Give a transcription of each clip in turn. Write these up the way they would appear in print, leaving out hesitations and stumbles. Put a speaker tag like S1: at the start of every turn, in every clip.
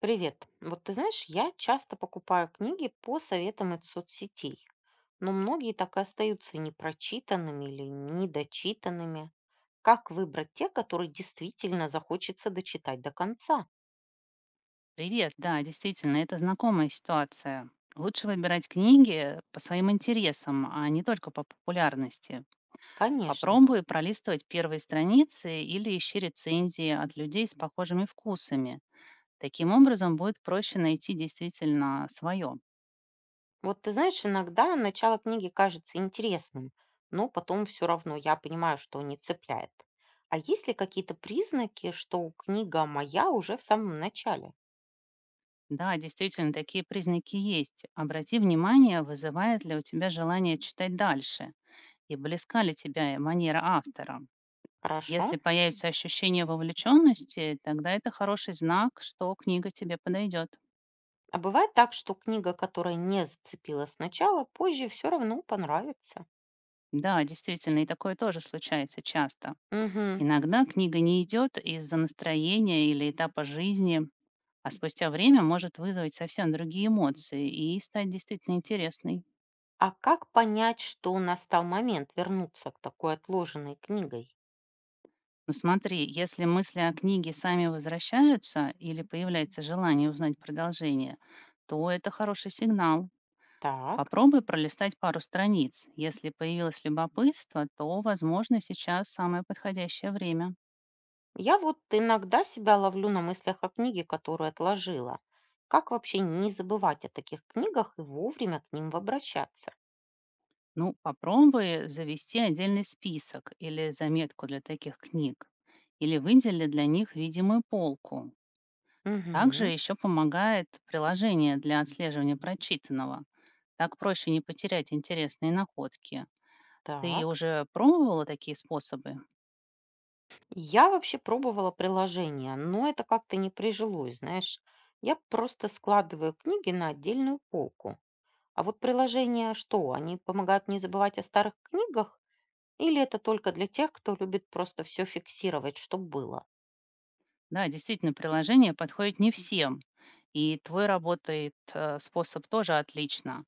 S1: Привет. Вот ты знаешь, я часто покупаю книги по советам из соцсетей, но многие так и остаются непрочитанными или недочитанными. Как выбрать те, которые действительно захочется дочитать до конца?
S2: Привет, да, действительно, это знакомая ситуация. Лучше выбирать книги по своим интересам, а не только по популярности.
S1: Конечно.
S2: Попробуй пролистывать первые страницы или ищи рецензии от людей с похожими вкусами. Таким образом, будет проще найти действительно свое.
S1: Вот ты знаешь, иногда начало книги кажется интересным, но потом все равно я понимаю, что не цепляет. А есть ли какие-то признаки, что книга моя уже в самом начале?
S2: Да, действительно, такие признаки есть. Обрати внимание, вызывает ли у тебя желание читать дальше и близка ли тебе манера автора.
S1: Хорошо?
S2: Если появится ощущение вовлеченности, тогда это хороший знак, что книга тебе подойдет.
S1: А бывает так, что книга, которая не зацепила сначала, позже все равно понравится.
S2: Да, действительно, и такое тоже случается часто.
S1: Мгм.
S2: Иногда книга не идет из-за настроения или этапа жизни, а спустя время может вызвать совсем другие эмоции и стать действительно интересной.
S1: А как понять, что настал момент вернуться к такой отложенной книгой?
S2: Но смотри, если мысли о книге сами возвращаются или появляется желание узнать продолжение, то это хороший сигнал.
S1: Так.
S2: Попробуй пролистать пару страниц. Если появилось любопытство, то, возможно, сейчас самое подходящее время.
S1: Я вот иногда себя ловлю на мыслях о книге, которую отложила. Как вообще не забывать о таких книгах и вовремя к ним обращаться?
S2: Ну, попробуй завести отдельный список или заметку для таких книг. Или выдели для них видимую полку. Также
S1: Мгм.
S2: еще помогает приложение для отслеживания прочитанного. Так проще не потерять интересные находки. Ты
S1: Так.
S2: уже пробовала такие способы?
S1: Я вообще пробовала приложение, но это как-то не прижилось, знаешь. Я просто складываю книги на отдельную полку. А вот приложения что, они помогают не забывать о старых книгах? Или это только для тех, кто любит просто все фиксировать, что было?
S2: Да, действительно, приложение подходит не всем, и твой работает способ тоже отлично.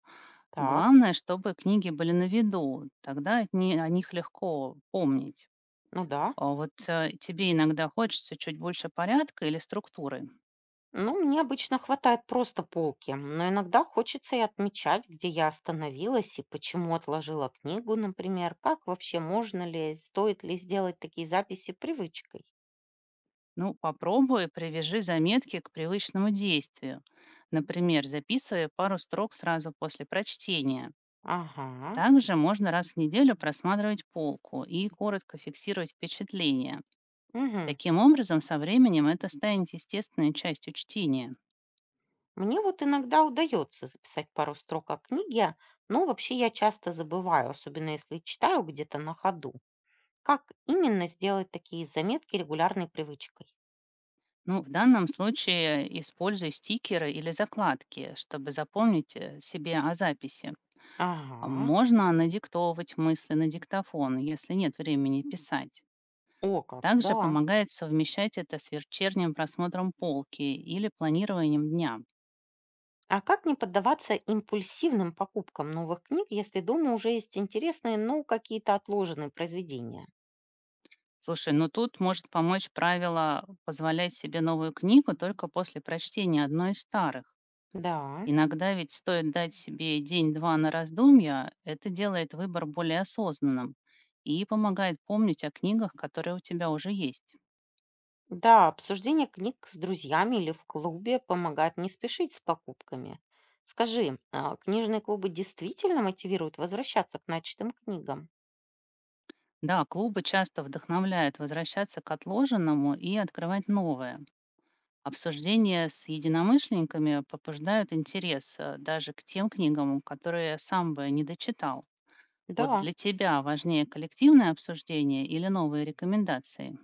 S1: Так,
S2: Главное, чтобы книги были на виду, тогда от ни- о них легко помнить.
S1: ну да.
S2: А вот тебе иногда хочется чуть больше порядка или структуры.
S1: Ну, мне обычно хватает просто полки, но иногда хочется и отмечать, где я остановилась и почему отложила книгу, например, как вообще можно ли, стоит ли сделать такие записи привычкой.
S2: Ну, попробуй, привяжи заметки к привычному действию. Например, записывая пару строк сразу после прочтения.
S1: Ага,
S2: Также можно раз в неделю просматривать полку и коротко фиксировать впечатления.
S1: угу.
S2: Таким образом, со временем это станет естественной частью чтения.
S1: Мне вот иногда удается записать пару строк о книге, но вообще я часто забываю, особенно если читаю где-то на ходу. Как именно сделать такие заметки регулярной привычкой?
S2: Ну, в данном случае используй стикеры или закладки, чтобы запомнить себе о записи. А
S1: Ага,
S2: можно надиктовывать мысли на диктофон, если нет времени писать.
S1: о как,
S2: Также
S1: да.
S2: помогает совмещать это с вечерним просмотром полки или планированием дня.
S1: А как не поддаваться импульсивным покупкам новых книг, если дома уже есть интересные, но какие-то отложенные произведения?
S2: Слушай, ну тут может помочь правило позволять себе новую книгу только после прочтения одной из старых.
S1: Да.
S2: Иногда ведь стоит дать себе день-два на раздумья, это делает выбор более осознанным и помогает помнить о книгах, которые у тебя уже есть.
S1: Да, обсуждение книг с друзьями или в клубе помогает не спешить с покупками. Скажи, а книжные клубы действительно мотивируют возвращаться к начатым книгам?
S2: Да, клубы часто вдохновляют возвращаться к отложенному и открывать новое. Обсуждения с единомышленниками побуждают интерес даже к тем книгам, которые сам бы не дочитал. Вот
S1: Да.
S2: для тебя важнее коллективное обсуждение или новые рекомендации?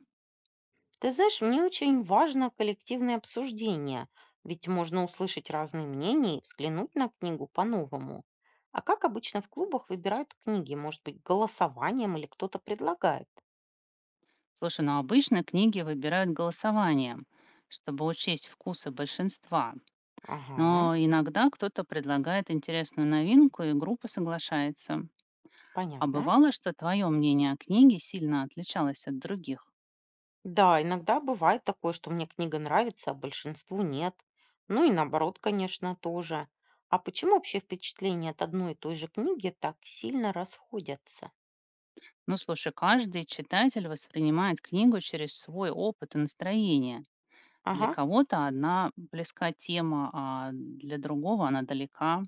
S1: Ты знаешь, мне очень важно коллективное обсуждение, ведь можно услышать разные мнения и взглянуть на книгу по-новому. А как обычно в клубах выбирают книги? Может быть, голосованием или кто-то предлагает?
S2: Слушай, ну обычно книги выбирают голосованием, чтобы учесть вкусы большинства.
S1: Ага,
S2: Но иногда кто-то предлагает интересную новинку, и группа соглашается. А
S1: понятно.
S2: бывало, что твое мнение о книге сильно отличалось от других?
S1: Да, иногда бывает такое, что мне книга нравится, а большинству нет. Ну и наоборот, конечно, тоже. А почему вообще впечатления от одной и той же книги так сильно расходятся?
S2: Ну, слушай, каждый читатель воспринимает книгу через свой опыт и настроение. Для
S1: Ага.
S2: кого-то одна близка тема, а для другого она далека.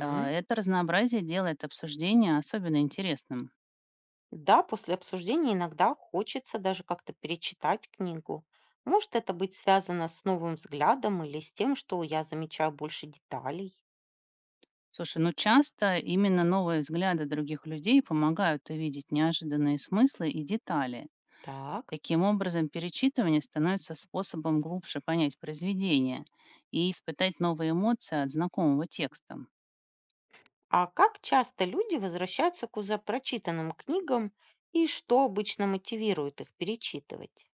S2: Это разнообразие делает обсуждение особенно интересным.
S1: Да, после обсуждения иногда хочется даже как-то перечитать книгу. Может это быть связано с новым взглядом или с тем, что я замечаю больше деталей?
S2: Слушай, ну часто именно новые взгляды других людей помогают увидеть неожиданные смыслы и детали.
S1: Так.
S2: Таким образом, перечитывание становится способом глубже понять произведение и испытать новые эмоции от знакомого текста.
S1: А как часто люди возвращаются к уже прочитанным книгам и что обычно мотивирует их перечитывать?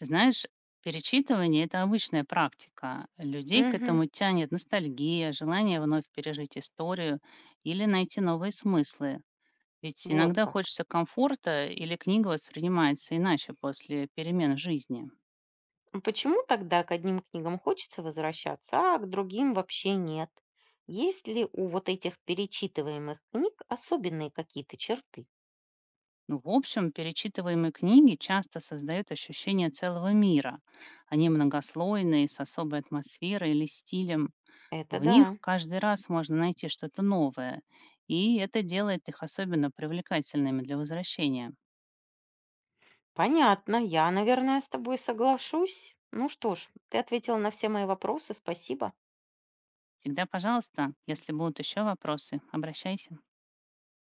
S2: Ты знаешь, перечитывание— это обычная практика. Людей к
S1: Угу,
S2: этому тянет ностальгия, желание вновь пережить историю или найти новые смыслы. Ведь
S1: вот
S2: иногда
S1: как.
S2: хочется комфорта или книга воспринимается иначе после перемен в жизни.
S1: А почему тогда к одним книгам хочется возвращаться, а к другим вообще нет? Есть ли у вот этих перечитываемых книг особенные какие-то черты?
S2: Ну, в общем, перечитываемые книги часто создают ощущение целого мира. Они многослойные, с особой атмосферой или стилем.
S1: Это
S2: В них
S1: да.
S2: каждый раз можно найти что-то новое, и это делает их особенно привлекательными для возвращения.
S1: Понятно, я, наверное, с тобой соглашусь. Ну что ж, ты ответил на все мои вопросы, спасибо.
S2: Всегда, пожалуйста, если будут еще вопросы, обращайся.